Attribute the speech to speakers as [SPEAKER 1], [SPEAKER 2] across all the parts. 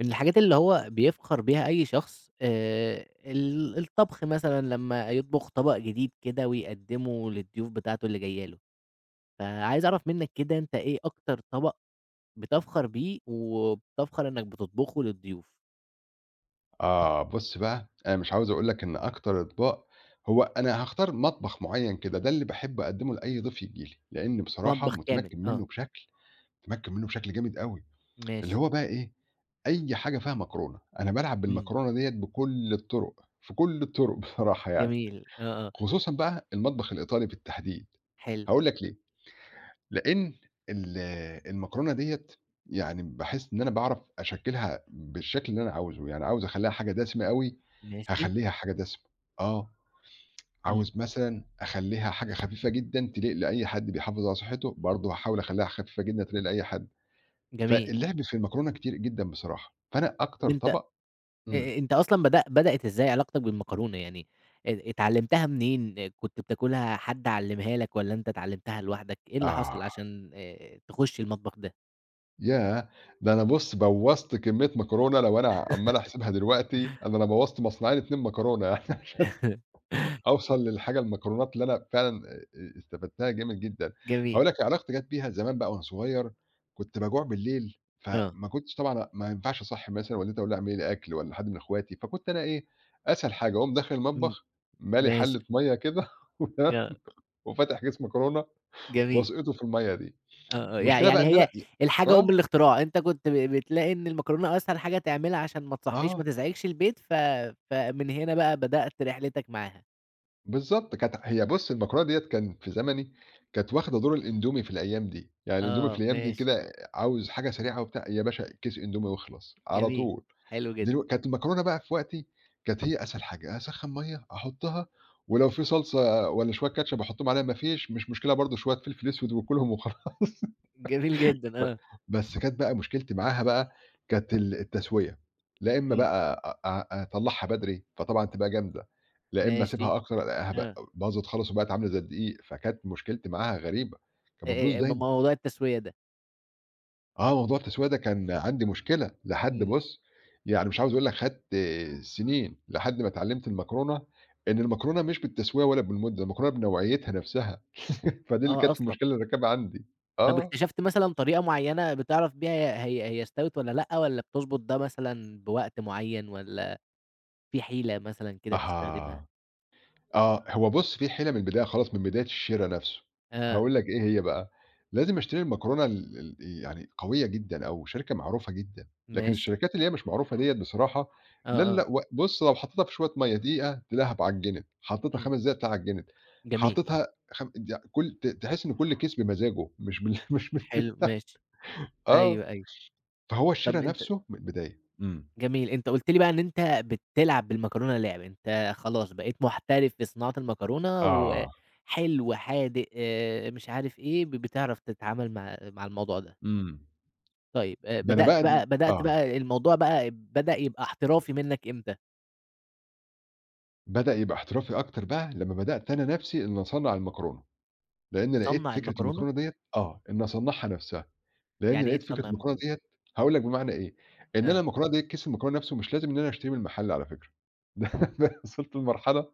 [SPEAKER 1] من الحاجات اللي هو بيفخر بيها أي شخص، الطبخ مثلًا لمّا يطبخ طبق جديد كده ويقدّمه للضيوف بتاعته اللي جاية له، فعايز أعرف منّك كده أنت إيه أكتر طبق بتفخر بيه وبتفخر إنّك بتطبخه للضيوف؟
[SPEAKER 2] آه، بُص بقى، أنا مش عاوز أقول لك إن أكتر أطباق هو أنا هاختار مطبخ معيّن كده، ده اللي باحب أقدّمه لأي ضيف ييجي لي، لإن بصراحة
[SPEAKER 1] مطبخ كامل،
[SPEAKER 2] متمكّن
[SPEAKER 1] آه،
[SPEAKER 2] منّه بشكل متمكّن منّه بشكل جامد أوي، اللي
[SPEAKER 1] ماشي،
[SPEAKER 2] هو بقى إيه، أي حاجة فيها مكرونة، أنا بالعب
[SPEAKER 1] إمم،
[SPEAKER 2] بالمكرونة ديّة بكل الطُرق، في كل الطُرق بصراحة يعني،
[SPEAKER 1] جميل، آه، آه،
[SPEAKER 2] خصوصًا بقى المطبخ الإيطالي بالتحديد،
[SPEAKER 1] حلو،
[SPEAKER 2] هاقول لك ليه، لإن ال المكرونة ديّة يعني باحس إن أنا باعرف أشكّلها بالشكل اللي أنا عاوزه، يعني عاوز أخلّيها حاجة دسمة أوي،
[SPEAKER 1] ماشي،
[SPEAKER 2] هاخلّيها حاجة دسمة، آه،
[SPEAKER 1] إمم،
[SPEAKER 2] عاوز مثلًا أخلّيها حاجة خفيفة جدًا تليق لأي حد بيحافظ على صحّته، برضه هاحاول أخلّيها خفيفة جدًا تليق لأي حد،
[SPEAKER 1] جميل.
[SPEAKER 2] فاللعب في المكرونة كتير جدًا بصراحة، فأنا
[SPEAKER 1] طَب،
[SPEAKER 2] أكتر طبق إمم،
[SPEAKER 1] أنت أصلًا بدأت إزاي علاقتك بالمكرونة؟ يعني اتعلّمتها منين؟ إيه، كنت بتاكلها، حد علّمها لك والّا أنت اتعلّمتها لوحدك؟ إيه اللي
[SPEAKER 2] آه،
[SPEAKER 1] حصل عشان تخُش المطبخ ده؟
[SPEAKER 2] ياه! ده أنا بُص بوّظت كمية مكرونة لو أنا عمّال أحسبها دلوقتي، أنا بوّظت مصنوعين 2 مكرونة يعني عشان أوصل للحاجة المكرونات اللي أنا فعلًا استفدتها جامد جدًا.
[SPEAKER 1] جميل،
[SPEAKER 2] هاقول لك علاقتي جات بيها زمان بقى وأنا صغير، كنت باجوع بالليل،
[SPEAKER 1] آه،
[SPEAKER 2] فما كنتش طبعًا ما ينفعش أصحّي مثلًا والدتي أقول لها اعملي لي أكل والّا حد من أخواتي، فكنت أنا إيه، أسهل حاجة أقوم داخل
[SPEAKER 1] إمم،
[SPEAKER 2] المطبخ مالي
[SPEAKER 1] ماشي،
[SPEAKER 2] حلة مَيّة كده
[SPEAKER 1] آه،
[SPEAKER 2] وفاتح كيس مكرونة
[SPEAKER 1] جميل،
[SPEAKER 2] واسقطه في المَيّة دي.
[SPEAKER 1] آه، آه. يع
[SPEAKER 2] المشكلة بقى
[SPEAKER 1] يعني
[SPEAKER 2] إن
[SPEAKER 1] هي
[SPEAKER 2] أنا
[SPEAKER 1] الحاجة
[SPEAKER 2] آه،
[SPEAKER 1] أم الاختراع. أنت كنت بتلاقي إن المكرونة أسهل حاجة تعملها عشان ما تصحّيش ما
[SPEAKER 2] آه.
[SPEAKER 1] تزعجش البيت، فمن هنا بقى بدأت رحلتك معاها.
[SPEAKER 2] بالضبط، كانت هي بُص المكرونة ديّة كان في زمني كانت واخدة دور الأندومي في الأيام دي، يعني الأندومي في
[SPEAKER 1] آه،
[SPEAKER 2] الأيام دي
[SPEAKER 1] ماشي،
[SPEAKER 2] كده عاوز حاجة سريعة وبتاع، يا باشا كيس أندومي واخلص على
[SPEAKER 1] جميل،
[SPEAKER 2] طول،
[SPEAKER 1] حلو جدًا،
[SPEAKER 2] دلو كانت المكرونة بقى في وقتي كانت هي أسهل حاجة، أسخّن مَيّة أحطها ولو في صلصة والّا شوية كاتشب أحطهم عليها، ما فيش مش مشكلة برضه شوية فلفل أسود وكُلهم وخلا
[SPEAKER 1] جميل
[SPEAKER 2] ب
[SPEAKER 1] جدًا، آه،
[SPEAKER 2] بس كانت بقى مشكلتي معاها بقى كانت التسوية، لا إمّا
[SPEAKER 1] إمم،
[SPEAKER 2] بقى أ أ أطلّعها بدري فطبعًا تبقى جامدة، لا إمّا
[SPEAKER 1] ماشي.
[SPEAKER 2] أسيبها أكتر ألاقيها
[SPEAKER 1] آه،
[SPEAKER 2] باظت خالص وبقت عاملة زي الدقيق، فكانت مشكلتي معاها غريبة، كانت
[SPEAKER 1] آآ،
[SPEAKER 2] بتبوظ
[SPEAKER 1] م
[SPEAKER 2] دايمًا.
[SPEAKER 1] موضوع التسوية ده،
[SPEAKER 2] آه، موضوع التسوية ده كان عندي مشكلة لحد
[SPEAKER 1] إمم،
[SPEAKER 2] بُص، يعني مش عاوز أقول لك خدت سنين لحد ما اتعلّمت المكرونة، إن المكرونة مش بالتسوية ولا بالمدة، المكرونة بنوعيتها نَفْسها، فدي اللي
[SPEAKER 1] آه
[SPEAKER 2] كانت
[SPEAKER 1] أصلًا.
[SPEAKER 2] المشكلة اللي كانت عندي.
[SPEAKER 1] طَب،
[SPEAKER 2] آه.
[SPEAKER 1] اكتشفت مثلًا طريقة معيّنة بتعرف بيها هي استوت والّا لأ، والّا بتضبط ده مثلًا بوقت معيّن، والّا في حيلة مثلًا كده بتستخدمها؟
[SPEAKER 2] أها. آه، هو بُص في حيلة من البداية خالص، من بداية الشِرا نَفْسه،
[SPEAKER 1] آه،
[SPEAKER 2] هاقول لك إيه هي بقى، لازم أشتري المكرونة ال ال يعني قوية جدًا أو شركة معروفة جدًا، لكن
[SPEAKER 1] ماشي،
[SPEAKER 2] الشركات اللي هي مش معروفة ديّة بصراحة
[SPEAKER 1] آه،
[SPEAKER 2] لا،
[SPEAKER 1] آه،
[SPEAKER 2] لا، و بُص لو حطيتها في شوية مَيّة دقيقة تلاقيها اتعجِّنت، حطيتها
[SPEAKER 1] إمم،
[SPEAKER 2] 5 دقايق تلاقيها اتعجِّنت،
[SPEAKER 1] جميل،
[SPEAKER 2] حطيتها خم د كل ت تحس إن كل كيس بمزاجه مش بال مش بال
[SPEAKER 1] حلو، ماشي،
[SPEAKER 2] آه،
[SPEAKER 1] أيوه، أيوه.
[SPEAKER 2] فهو الشِرا
[SPEAKER 1] طَب،
[SPEAKER 2] نَفْسه من البداية. إمم.
[SPEAKER 1] جميل، أنت قُلت لي بقى إن أنت بتلعب بالمكرونة لعب، أنت خلاص بقيت محترف في صناعة المكرونة،
[SPEAKER 2] آه.
[SPEAKER 1] وحلو، حادق، مش عارف إيه، بتعرف تتعامل مع الموضوع ده.
[SPEAKER 2] إمم.
[SPEAKER 1] طيب،
[SPEAKER 2] ده أنا بقى د
[SPEAKER 1] بدأت
[SPEAKER 2] آه.
[SPEAKER 1] بقى الموضوع بقى بدأ يبقى احترافي منّك إمتى؟
[SPEAKER 2] بدأ يبقى احترافي أكتر بقى لمّا بدأت أنا نَفْسي إن أصنّع المكرونة، لإن لقيت
[SPEAKER 1] تصنّع
[SPEAKER 2] فكرة
[SPEAKER 1] المكرونة؟
[SPEAKER 2] المكرونة ديّة آه، إن أصنّعها نَفْسها، لإن
[SPEAKER 1] يعني إيه
[SPEAKER 2] لقيت فكرة
[SPEAKER 1] تصنّع
[SPEAKER 2] المكرونة ديّة
[SPEAKER 1] المكرونة؟
[SPEAKER 2] هاقول لك بمعنى إيه، إن أنا
[SPEAKER 1] آه.
[SPEAKER 2] المكرونة ديّة كيس المكرونة نَفْسه مش لازم إن أنا أشتريه من المحل على فكرة، ده أنا وصلت لمرحلة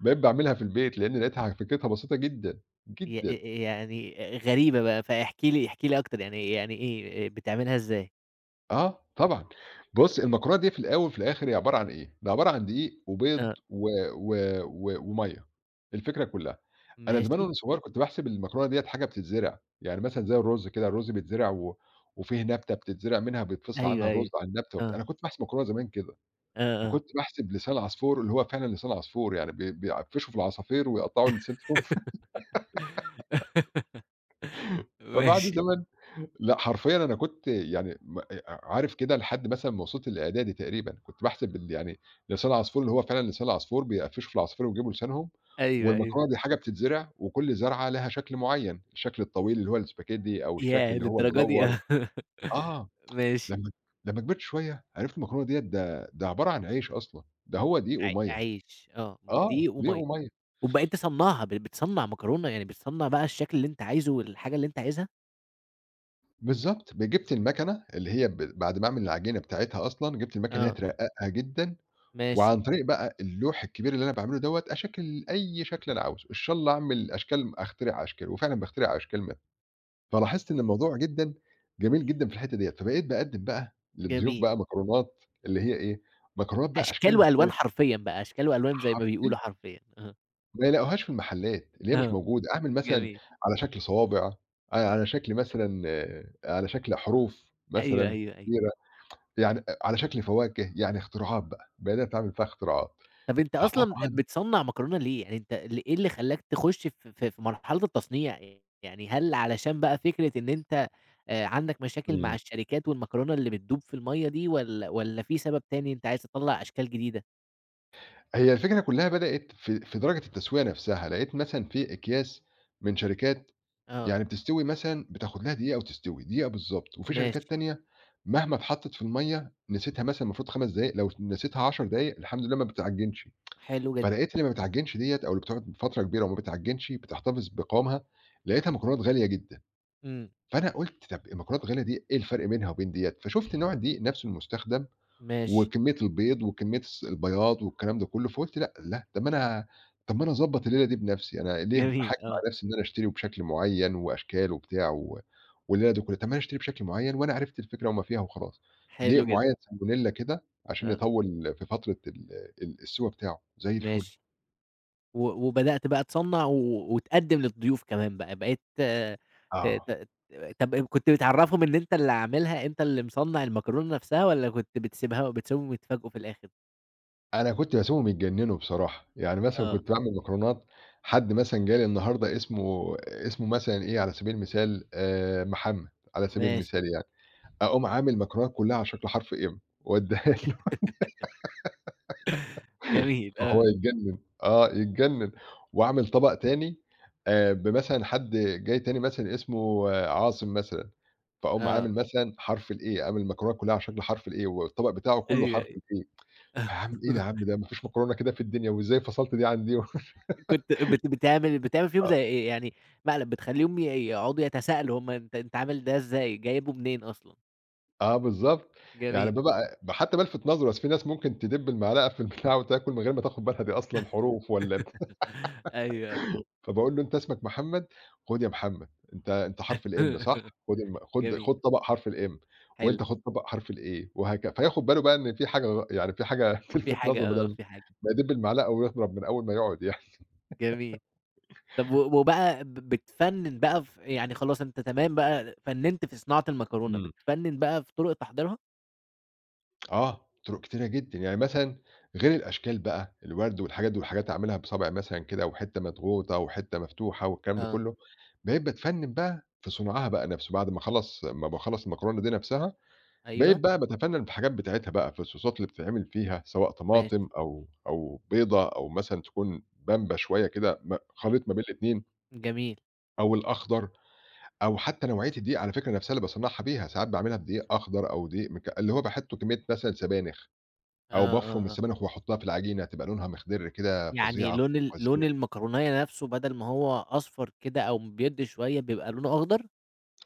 [SPEAKER 2] بقيت باعملها في البيت، لإن لقيتها فكرتها بسيطة جدًا،
[SPEAKER 1] ي
[SPEAKER 2] جدًا،
[SPEAKER 1] ي يعني غريبة بقى، فاحكِ لي احكِ لي أكتر يعني إيه، بتعملها إزاي؟
[SPEAKER 2] آه طبعًا. بُص المكرونة دي في الأول وفي الآخر هي عبارة عن إيه، ده عبارة عن دقيق وبيض
[SPEAKER 1] آه.
[SPEAKER 2] و و ومَيّة، الفكرة كلها. أنا زمان
[SPEAKER 1] ماشي.
[SPEAKER 2] وأنا صغير كنت باحسب المكرونة ديّة حاجة بتتزرع، يعني مثلًا زي الرز كده، الرز بيتزرع و وفيه نبتة بتتزرع منها بيتفصل
[SPEAKER 1] أيوه،
[SPEAKER 2] عنها الرز
[SPEAKER 1] أيوه.
[SPEAKER 2] عن النبتة وبتاع،
[SPEAKER 1] آه.
[SPEAKER 2] أنا كنت باحسب مكرونة زمان كده،
[SPEAKER 1] آه، آه.
[SPEAKER 2] وكنت باحسب لسان عصفور اللي هو فعلًا لسان عصفور، يعني بيعفّشوا في العصافير ويقطّعوا لسانهم فبعد
[SPEAKER 1] ماشي.
[SPEAKER 2] زمان لأ، حرفيًا أنا كنت يعني م عارف كده لحد مثلًا ما وصلت للإعدادي تقريبًا، كنت باحسب ال يعني لسان العصفور اللي هو فعلًا لسان العصفور بيقفّشوا في العصافير ويجيبوا لسانهم،
[SPEAKER 1] أيوه، أيوه.
[SPEAKER 2] والمكرونة دي حاجة بتتزرع وكل زرعة لها شكل معيّن، الشكل الطويل اللي هو الspaghetti أو الشكل
[SPEAKER 1] ياه!
[SPEAKER 2] اللي هو
[SPEAKER 1] للدرجة دي!
[SPEAKER 2] المدوّر
[SPEAKER 1] آه.
[SPEAKER 2] آه،
[SPEAKER 1] ماشي.
[SPEAKER 2] لمّا لمّا كبرت شوية عرفت المكرونة ديّة ده ده عبارة عن عيش أصلًا، ده هو دقيق
[SPEAKER 1] ع
[SPEAKER 2] ومَيّة،
[SPEAKER 1] عيش، آه.
[SPEAKER 2] آه،
[SPEAKER 1] دقيق
[SPEAKER 2] دقيق
[SPEAKER 1] ومَيّة.
[SPEAKER 2] ومَيّة،
[SPEAKER 1] وبقيت تصنّعها، بتصنّع مكرونة؟ يعني بتصنّع بقى الشكل اللي أنت عايزه والحاجة اللي أنت عايزها؟
[SPEAKER 2] بالضبط، جِبت المكنة اللي هي بعد ما أعمل العجينة بتاعتها أصلًا، جِبت المكنة اللي هي
[SPEAKER 1] آه،
[SPEAKER 2] ترقّقها جدًا
[SPEAKER 1] ماشي،
[SPEAKER 2] وعن طريق بقى اللوح الكبير اللي أنا باعمله دوّة، أشكِّل أي شكل أنا عاوزه، إن شاء الله أعمل أشكال أخترع أشكال، وفعلًا باخترع أشكال منها. فلاحظت إن الموضوع جدًا جميل جدًا في الحتّة ديّة، فبقيت باقدّم بقى للضيوف
[SPEAKER 1] جميل.
[SPEAKER 2] بقى مكرونات اللي هي إيه، مكرونات بقى
[SPEAKER 1] أشكال
[SPEAKER 2] أشكال
[SPEAKER 1] وألوان
[SPEAKER 2] مختلفة،
[SPEAKER 1] حرفيًا بقى، أشكال وألوان زي ما
[SPEAKER 2] حرفيًا
[SPEAKER 1] بيقولوا حرفيًا، آه.
[SPEAKER 2] ما يلاقوهاش في المحلات، اللي هي مش
[SPEAKER 1] آه،
[SPEAKER 2] موجودة. أعمل مثلًا
[SPEAKER 1] جميل.
[SPEAKER 2] على شكل صوابع، على شكل مثلًا آه، على شكل حروف
[SPEAKER 1] أيوه،
[SPEAKER 2] مثلًا
[SPEAKER 1] أيوه، أيوه.
[SPEAKER 2] كبيرة، يعني آه، على شكل فواكه، يعني اختراعات بقى، بدأت أعمل فيها اختراعات.
[SPEAKER 1] طب أنت أصلًا
[SPEAKER 2] فطبعًا
[SPEAKER 1] بتصنّع مكرونة ليه؟ يعني أنت، إيه اللي خلّاك تخُش في مرحلة التصنيع؟ يعني هل علشان بقى فكرة إن أنت عندك مشاكل مع
[SPEAKER 2] إمم.
[SPEAKER 1] الشركات والمكرونة اللي بتدوب في المَيّة دي، والّا في سبب تاني أنت عايز تطلّع أشكال جديدة؟
[SPEAKER 2] هي الفكرة كلّها بدأت في درجة التسوية نفسها، لقيت مثلًا في أكياس من شركات
[SPEAKER 1] آه،
[SPEAKER 2] يعني بتستوي مثلًا بتاخد لها دقيقة وتستوي، دقيقة بالضبط، وفي
[SPEAKER 1] ماشي،
[SPEAKER 2] شركات تانية مهما اتحطت في المَيّة نسيتها مثلًا المفروض 5 دقايق، لو نسيتها 10 دقايق الحمد لله ما بتعجنش،
[SPEAKER 1] حلو جدًا،
[SPEAKER 2] فلقيت اللي ما بتعجنش ديّة أو اللي بتقعد فترة كبيرة وما بتعجنش بتحتفظ بقوامها، لقيتها مكرونات غالية جدًا،
[SPEAKER 1] إمم،
[SPEAKER 2] فأنا قُلت طب المكرونات الغالية دي إيه الفرق بينها وبين ديّة، فشُفت نوع الدقيق نفسه المستخدم
[SPEAKER 1] ماشي.
[SPEAKER 2] وكمية البيض وكمية البياض والكلام ده كله، فقُلت لأ، لأ، طب ما أنا أضبّط الليلة دي بنفسي، أنا ليه
[SPEAKER 1] جميل
[SPEAKER 2] حاكم
[SPEAKER 1] آه،
[SPEAKER 2] على نفسي إن أنا أشتري وبشكل معيّن وأشكال وبتاع و والليلة دي كلّها، طب ما أنا أشتري بشكل معيّن وأنا عرفت الفكرة وما فيها وخلاص، دقيق
[SPEAKER 1] حلو جدًا،
[SPEAKER 2] معيّن salmonella كده عشان
[SPEAKER 1] آه،
[SPEAKER 2] يطوّل في فترة ال السِوَى بتاعه، زي الفل.
[SPEAKER 1] ماشي. وبدأت بقى تصنّع وتقدّم للضيوف كمان بقى، بقيت آه، ت
[SPEAKER 2] آه،
[SPEAKER 1] ت طب كنت بتعرّفهم إن أنت اللي عاملها، أنت اللي مصنّع المكرونة نفسها والّا كنت بتسيبهم يتفاجئوا في الآخر؟
[SPEAKER 2] أنا كنت باسيبهم يتجنّنوا بصراحة، يعني مثلًا
[SPEAKER 1] آه،
[SPEAKER 2] كنت باعمل مكرونات، حد مثلًا جه لي النهارده اسمه مثلًا إيه، على سبيل المثال محمد، على سبيل
[SPEAKER 1] ماشي.
[SPEAKER 2] المثال يعني. أقوم عامل مكرونة كلّها على شكل حرف M وادّيها له
[SPEAKER 1] جميل
[SPEAKER 2] فهو
[SPEAKER 1] آه،
[SPEAKER 2] يتجنن، آه يتجنن، واعمل طبق تاني بمثلًا حد جاي تاني مثلًا اسمه آه، عاصم مثلًا، فاقوم
[SPEAKER 1] آه،
[SPEAKER 2] عامل مثلًا حرف الA أعمل المكرونة كلّها على شكل حرف الA والطبق بتاعه كلّه
[SPEAKER 1] أيوه،
[SPEAKER 2] حرف
[SPEAKER 1] أيوه.
[SPEAKER 2] الA فاعمل إيه يا عم ده ما فيش مكرونة كده في الدنيا وإزاي فصلت دي عن دي؟ آه،
[SPEAKER 1] كنت بت بتعمل بتعمل فيهم زي إيه، يعني مقلب، بتخلّيهم يقعدوا يتساءلوا هم أنت عامل ده إزاي، جايبه منين أصلًا؟
[SPEAKER 2] آه بالضبط، يعني
[SPEAKER 1] جميل.
[SPEAKER 2] بابقى حتى بالفت نظره، أصل في ناس ممكن تدِب المعلقة في البتاع وتاكل من غير ما تاخد بالها دي أصلًا حروف والّا
[SPEAKER 1] أيوه، أيوه.
[SPEAKER 2] فباقول له: "أنت اسمك محمد، خُد يا محمد، أنت حرف الM صح؟ خُد الم خُد
[SPEAKER 1] جميل
[SPEAKER 2] خُد طبق حرف الM
[SPEAKER 1] حلو،
[SPEAKER 2] وأنت خُد طبق حرف الA" وهك فياخد باله بقى إن في حاجة يعني في حاجة
[SPEAKER 1] في
[SPEAKER 2] تلفت نظره
[SPEAKER 1] حاجة آه،
[SPEAKER 2] بدل
[SPEAKER 1] في حاجة،
[SPEAKER 2] ما يدِب المعلقة ويضرب من أول ما يقعد يعني.
[SPEAKER 1] جميل. طب، وبقى بتفنّن بقى في، يعني خلاص أنت تمام بقى، فنّنت في صناعة المكرونة،
[SPEAKER 2] إمم،
[SPEAKER 1] بتفنّن بقى في طُرق تحضيرها؟
[SPEAKER 2] آه، طرق كتيرة جدًا، يعني مثلًا غير الأشكال بقى، الورد والحاجات دي والحاجات أعملها بصابعي مثلًا كده وحتّة مضغوطة وحتّة مفتوحة والكلام ده
[SPEAKER 1] آه،
[SPEAKER 2] كلّه، بقيت باتفنّن بقى في صنعها بقى نَفْسه، بعد ما أخلّص ما باخلّص المكرونة دي نَفْسها بقيت
[SPEAKER 1] أيوه،
[SPEAKER 2] بقى باتفنّن في الحاجات بتاعتها بقى، في الصوصات اللي بتتعمل فيها سواء
[SPEAKER 1] ماشي،
[SPEAKER 2] طماطم أو بيضة أو مثلًا تكون بامبة شوية كده
[SPEAKER 1] ج
[SPEAKER 2] خليط ما بين الاتنين
[SPEAKER 1] جميل،
[SPEAKER 2] أو الأخضر أو حتى نوعية الدقيق على فكرة نَفْسها اللي باصنّعها بيها، ساعات باعملها بدقيق أخضر أو دقيق اللي هو باحط كمية مثلًا سبانخ
[SPEAKER 1] آه،
[SPEAKER 2] أو بافرُم
[SPEAKER 1] آه، آه.
[SPEAKER 2] السبانخ وأحطها في العجينة تبقى لونها مخضر كده
[SPEAKER 1] يعني
[SPEAKER 2] فظيعة
[SPEAKER 1] لون
[SPEAKER 2] وفظيع
[SPEAKER 1] المكرونية نَفْسه، بدل ما هو أصفر كده أو بيدّي شوية بيبقى لونه أخضر؟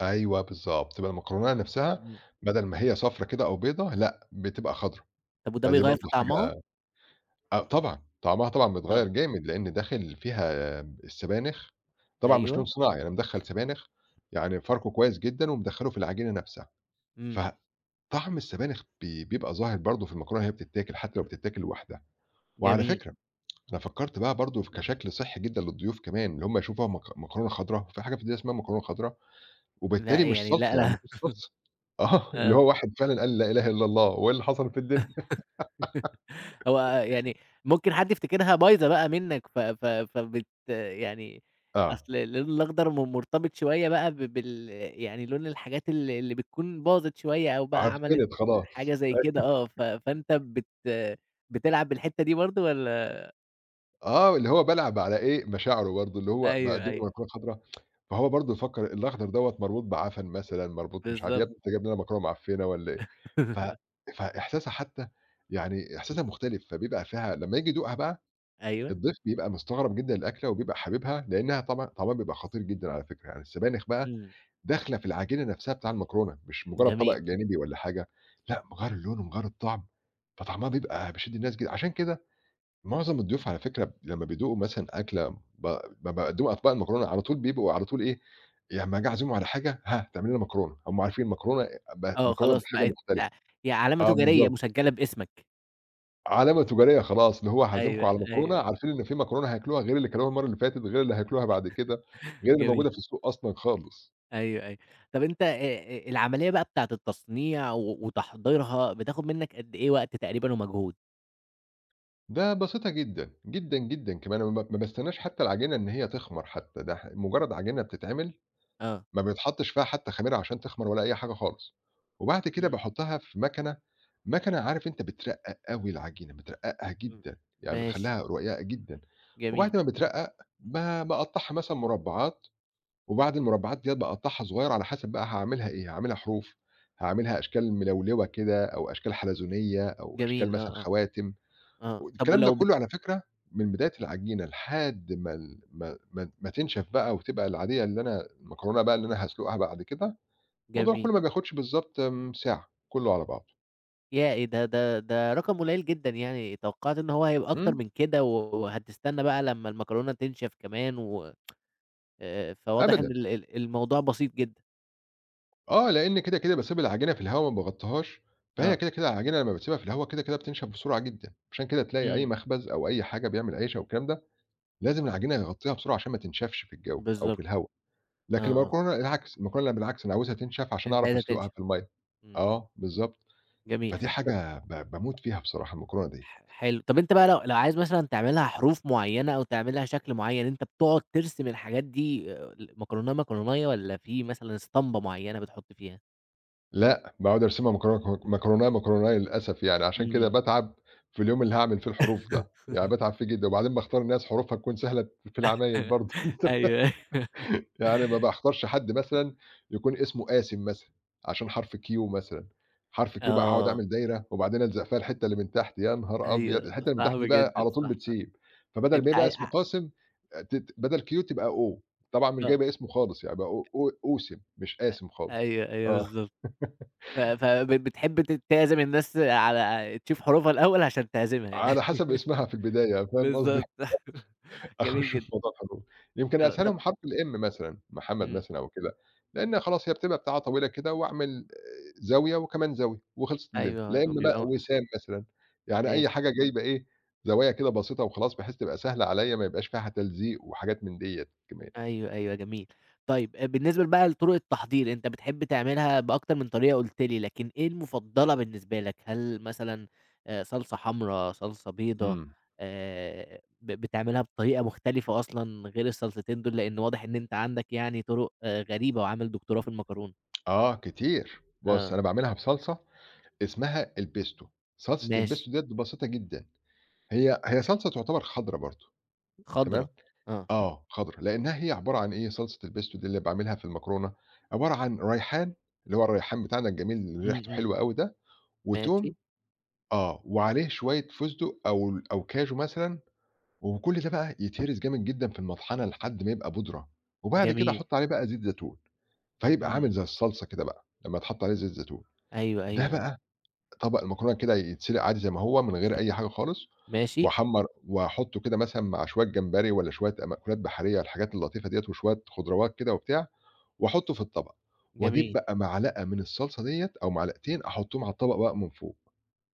[SPEAKER 2] أيوه بالضبط، تبقى المكرونة نَفْسها
[SPEAKER 1] إمم.
[SPEAKER 2] بدل ما هي صفرا كده أو بيضة لأ، بتبقى خضرا،
[SPEAKER 1] طب وده
[SPEAKER 2] فدي
[SPEAKER 1] بيغيّر
[SPEAKER 2] برضه
[SPEAKER 1] في طعمها؟
[SPEAKER 2] حاجة آه طبعًا، طعمها طبعًا بيتغيّر
[SPEAKER 1] آه،
[SPEAKER 2] جامد، لإن داخل فيها السبانخ، طبعًا مش
[SPEAKER 1] أيوه،
[SPEAKER 2] لون صناعي، أنا مدخّل سبانخ يعني فاركه كويس جدًا ومدخّله في العجينة نفسها،
[SPEAKER 1] إمم،
[SPEAKER 2] فطعم السبانخ بيبقى ظاهر برضه في المكرونة وهي بتتاكل، حتى لو بتتاكل لوحدها. وعلى
[SPEAKER 1] جميل،
[SPEAKER 2] فكرة أنا فكّرت بقى برضه كشكل صحّي جدًا للضيوف كمان، اللي هم يشوفوها مكرونة خضرا، في حاجة في الدنيا اسمها مكرونة خضرا،
[SPEAKER 1] لأ
[SPEAKER 2] وبالتالي مش
[SPEAKER 1] يعني لأ،
[SPEAKER 2] صلصة، يعني ما
[SPEAKER 1] لأ.
[SPEAKER 2] فيش صلصة. آه، اللي
[SPEAKER 1] آه.
[SPEAKER 2] هو واحد فعلًا قال لا إله إلا الله، وإيه اللي حصل في الدنيا؟
[SPEAKER 1] هو يعني ممكن حد يفتكرها بايظة بقى منّك، ف ف فبت يعني
[SPEAKER 2] آه،
[SPEAKER 1] أصل اللون الأخضر مرتبط شوية بقى ب بال يعني لون الحاجات، اللي بتكون باظت شوية أو بقى عملت
[SPEAKER 2] عفِّنت خلاص.
[SPEAKER 1] حاجة زي كده، آه، فأنت بتلعب بالحتّة دي برضه والّا.
[SPEAKER 2] آه، اللي هو بالعب على إيه، مشاعره برضه، اللي هو
[SPEAKER 1] أيوه،
[SPEAKER 2] باقدّم له
[SPEAKER 1] أيوه،
[SPEAKER 2] مكرونة خضرا، فهو برضه يفكّر الأخضر دوّة مربوط بعَفَن مثلًا، مربوط مش عارف، يا
[SPEAKER 1] بالضبط.
[SPEAKER 2] ابني أنت جايب لنا مكرونة معفّنة والّا إيه، ف فإحساسها حتى يعني إحساسها مختلف، فبيبقى فيها لمّا ييجي يدوقها بقى،
[SPEAKER 1] أيوه،
[SPEAKER 2] الضيف بيبقى مستغرب جدًا الأكلة وبيبقى حاببها، لإنها طبعًا طعمها بيبقى خطير جدًا على فكرة، يعني السبانخ بقى
[SPEAKER 1] إمم،
[SPEAKER 2] داخلة في العجينة نفْسها بتاع المكرونة، مش مجرّد طبق
[SPEAKER 1] جميل.
[SPEAKER 2] جانبي والّا حاجة، لأ مغيّر اللون ومغيّر الطعم، فطعمها بيبقى بيشد الناس جدًا، عشان كده معظم الضيوف على فكرة لمّا بيدوقوا مثلًا أكلة ب ما باقدّمها أطباق المكرونة على طول بيبقوا على طول إيه، لمّا آجي أعزمهم على حاجة، ها تعملي لنا مكرونة، هم عارفين المكرونة
[SPEAKER 1] آه،
[SPEAKER 2] مكرونة
[SPEAKER 1] خلاص
[SPEAKER 2] بحاجة
[SPEAKER 1] بقت
[SPEAKER 2] مختلفة.
[SPEAKER 1] يعني علامة
[SPEAKER 2] آه
[SPEAKER 1] تجارية
[SPEAKER 2] بالضبط،
[SPEAKER 1] مسجّلة باسمك.
[SPEAKER 2] علامة تجارية خلاص، اللي هو هاعزمكم
[SPEAKER 1] أيوه،
[SPEAKER 2] على مكرونة
[SPEAKER 1] أيوه،
[SPEAKER 2] عارفين إن في مكرونة هياكلوها غير اللي كلوها المرّة اللي فاتت، غير اللي هياكلوها بعد كده، غير اللي
[SPEAKER 1] جميل.
[SPEAKER 2] موجودة في السوق أصلًا خالص.
[SPEAKER 1] أيوه، أيوه. طَب، أنت العملية بقى بتاعة التصنيع وتحضيرها بتاخد منّك قد إيه وقت تقريبًا ومجهود؟
[SPEAKER 2] ده بسيطة جدًا، جدًا، جدًا كمان، أنا ما باستناش حتى العجينة إن هي تخمر حتى، ده ح مجرد عجينة بتتعمل
[SPEAKER 1] آه.
[SPEAKER 2] ما بيتحطّش فيها حتى خميرة عشان تخمَر ولا أي حاجة خالص، وبعد كده
[SPEAKER 1] إمم،
[SPEAKER 2] باحطّها في مكنة، مكنة عارف أنت بترقّق أوي العجينة، بترقّقها
[SPEAKER 1] إمم.
[SPEAKER 2] جدًا، يعني
[SPEAKER 1] ماشي،
[SPEAKER 2] بتخلّيها رقيقة جدًا،
[SPEAKER 1] جميل،
[SPEAKER 2] وبعد ما بترقّق ب باقطّعها مثلًا مُربّعات، وبعد المُربّعات ديّة باقطّعها صغيّر على حسب بقى هاعملها إيه، هاعملها حروف، هاعملها أشكال ملولوة كده أو أشكال حلزونية أو أشكال
[SPEAKER 1] جميل،
[SPEAKER 2] مثلًا
[SPEAKER 1] آه، آه،
[SPEAKER 2] خواتم.
[SPEAKER 1] آه. طَب
[SPEAKER 2] والكلام ده
[SPEAKER 1] ولو
[SPEAKER 2] كله على فكرة من بداية العجينة لحد ما ال ما ما ما تنشف بقى وتبقى العادية اللي أنا المكرونة بقى اللي أنا هاسلقها بعد كده، الموضوع
[SPEAKER 1] جميل.
[SPEAKER 2] كله ما بياخدش بالضبط ساعة، كله على بعضه.
[SPEAKER 1] ياه! إيه ده رقم قليل جدًا يعني، توقّعت إن هو هيبقى أكتر
[SPEAKER 2] إمم،
[SPEAKER 1] من كده و- وهتستنى بقى لمّا المكرونة تنشف كمان و فواضح إن
[SPEAKER 2] أبدًا.
[SPEAKER 1] ال ال الموضوع بسيط جدًا.
[SPEAKER 2] آه، لإن كده، كده باسيب العجينة في الهوا ما باغطّيهاش، فهي
[SPEAKER 1] آه.
[SPEAKER 2] كده، كده العجينة لمّا باسيبها في الهوا كده، كده بتنشف بسرعة جدًا، عشان كده تلاقي أي
[SPEAKER 1] إمم،
[SPEAKER 2] مخبز أو أي حاجة بيعمل عيش أو الكلام ده، لازم العجينة يغطّيها بسرعة عشان ما تنشفش في الجو أو في
[SPEAKER 1] بالضبط.
[SPEAKER 2] الهوا. لكن
[SPEAKER 1] آه، آه.
[SPEAKER 2] المكرونة العكس، المكرونة بالعكس أنا عاوزها تنشف عشان
[SPEAKER 1] أنت
[SPEAKER 2] أعرف
[SPEAKER 1] عايزها
[SPEAKER 2] أسلقها
[SPEAKER 1] تنشف.
[SPEAKER 2] في المَيّة.
[SPEAKER 1] إمم، إمم.
[SPEAKER 2] آه، بالضبط.
[SPEAKER 1] جميل.
[SPEAKER 2] فدي حاجة باموت فيها بصراحة المكرونة ديّة،
[SPEAKER 1] حلو، طب أنت بقى لو عايز مثلًا تعملها حروف معيّنة أو تعملها شكل معيّن، أنت بتقعد ترسم الحاجات دي، ل مكرونة، مكروناية، والّا في مثلًا اسطمبة معيّنة بتحط فيها؟
[SPEAKER 2] لأ باقعد أرسمها مكرونة للأسف يعني، عشان كده
[SPEAKER 1] إمم.
[SPEAKER 2] باتعب في اليوم اللي هاعمل فيه الحروف ده، يعني باتعب فيه جدًا، وبعدين باختار ناس حروفها تكون سهلة في العمايل برضه.
[SPEAKER 1] أيوه.
[SPEAKER 2] يعني ما باختارش حد مثلًا يكون اسمه قاسم مثلًا، عشان حرف Q مثلًا، حرف Q بقى هاقعد
[SPEAKER 1] آه،
[SPEAKER 2] أعمل دايرة وبعدين ألزق فيها الحتة اللي من تحت، يا نهار أبيض!
[SPEAKER 1] أيوه،
[SPEAKER 2] الحتة اللي من تحت
[SPEAKER 1] صعب
[SPEAKER 2] دي بقى
[SPEAKER 1] جدًا
[SPEAKER 2] على طول
[SPEAKER 1] صح.
[SPEAKER 2] بتسيب، فبدل
[SPEAKER 1] أنت
[SPEAKER 2] ما يبقى
[SPEAKER 1] عاي
[SPEAKER 2] اسمه
[SPEAKER 1] ع
[SPEAKER 2] قاسم أ تت بدل Q تبقى O، طبعًا مش
[SPEAKER 1] آه،
[SPEAKER 2] جايبة اسمه خالص يعني يبقى أو أوسم مش
[SPEAKER 1] أ
[SPEAKER 2] قاسم خالص.
[SPEAKER 1] أيوه، أيوه
[SPEAKER 2] آه،
[SPEAKER 1] بالضبط. ف فب بتحب تعزم الناس على تشوف حروفها الأول عشان تعزمها يعني.
[SPEAKER 2] على حسب اسمها في البداية، فاهم قصدي؟
[SPEAKER 1] بالضبط. جميل
[SPEAKER 2] أخُش في
[SPEAKER 1] جدًا،
[SPEAKER 2] موضوع الحروف، يمكن
[SPEAKER 1] آه، طب
[SPEAKER 2] أسهلهم حرف الM مثلًا، محمد
[SPEAKER 1] إمم،
[SPEAKER 2] مثلًا أو كده، لإن خلاص هي بتبقى بتاعة طويلة كده وأعمل زاوية وكمان زاوية وخلصت الليلة، لا
[SPEAKER 1] أيوه،
[SPEAKER 2] إمّا بقى
[SPEAKER 1] بيبقى
[SPEAKER 2] وسام مثلًا، يعني أي
[SPEAKER 1] ماشي.
[SPEAKER 2] حاجة جايبة إيه، زوايا كده بسيطة وخلاص بحيث تبقى سهلة عليّا ما يبقاش فيها تلزيق وحاجات من ديّة كمان.
[SPEAKER 1] أيوه، أيوه جميل. طيب، بالنسبة بقى لطرق التحضير، أنت بتحب تعملها بأكتر من طريقة قُلت لي، لكن إيه المفضلة بالنسبة لك؟ هل مثلًا صلصة حمرا، صلصة بيضا،
[SPEAKER 2] إمم،
[SPEAKER 1] بتعملها بطريقة مختلفة أصلًا غير الصلصتين دول؟ لإن واضح إن أنت عندك يعني طرق غريبة، وعامل دكتوراه في المكرونة.
[SPEAKER 2] آه كتير، بُص
[SPEAKER 1] آه،
[SPEAKER 2] أنا باعملها بصلصة اسمها الpesto، صلصة
[SPEAKER 1] ماشي،
[SPEAKER 2] الpesto ديّة بسيطة جدًا، هي صلصة تعتبر خضرا برضه،
[SPEAKER 1] خضرا،
[SPEAKER 2] تمام؟
[SPEAKER 1] آه،
[SPEAKER 2] آه، خضرا، لإنها هي عبارة عن إيه، صلصة الpesto دي اللي باعملها في المكرونة، عبارة عن ريحان اللي هو الريحان بتاعنا الجميل اللي
[SPEAKER 1] إمم،
[SPEAKER 2] ريحته
[SPEAKER 1] إمم،
[SPEAKER 2] حلوة أوي ده، وتوم
[SPEAKER 1] ماشي،
[SPEAKER 2] آه، وعليه شوية فستق أو كاجو مثلًا، وكل ده بقى يتهرس جامد جدًا في المطحنة لحد ما يبقى بودرة، وبعد كده
[SPEAKER 1] جميل،
[SPEAKER 2] أحط عليه بقى زيت زيتون، فيبقى عامل
[SPEAKER 1] إمم،
[SPEAKER 2] زي الصلصة كده بقى، لمّا يتحط عليه زيت زيتون،
[SPEAKER 1] أيوه،
[SPEAKER 2] ده
[SPEAKER 1] أيوه، أيوه،
[SPEAKER 2] بقى طبق المكرونة كده يتسلق عادي زي ما هو من غير أي حاجة خالص.
[SPEAKER 1] ماشي،
[SPEAKER 2] وأحمّر وأحُطّه كده مثلًا مع شوية جمبري والّا شوية مأكولات بحرية الحاجات اللطيفة ديّة وشوية خضروات كده وبتاع وأحُطّه في الطبق، وأجيب
[SPEAKER 1] جميل،
[SPEAKER 2] بقى معلقة من الصلصة ديّة أو معلقتين أحُطّهم على الطبق بقى من فوق،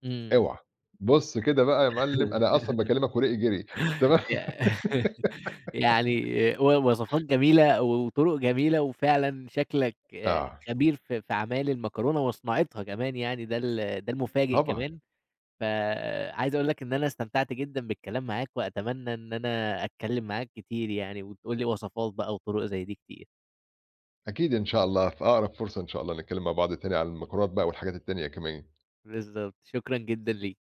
[SPEAKER 1] إمم.
[SPEAKER 2] اوعى! بُص كده بقى يا معلِّم أنا أصلًا باكلّمك وريقي جِري تمام
[SPEAKER 1] يع يعني وصفات جميلة وطرق جميلة، وفعلًا شكلك
[SPEAKER 2] آه،
[SPEAKER 1] خبير في أعمال المكرونة وصناعتها كمان يعني، ده المفاجئ
[SPEAKER 2] طبعًا.
[SPEAKER 1] كمان. فعايز أقول لك إن أنا استمتعت جدًا بالكلام معاك، وأتمنى إن أنا أتكلم معاك كتير يعني، وتقول لي وصفات بقى وطرق زي دي كتير.
[SPEAKER 2] أكيد إن شاء الله في أقرب فرصة إن شاء الله نتكلّم مع بعض تاني عن المكرونات بقى والحاجات التانية كمان.
[SPEAKER 1] بالضبط، شكرًا جدًا ليك.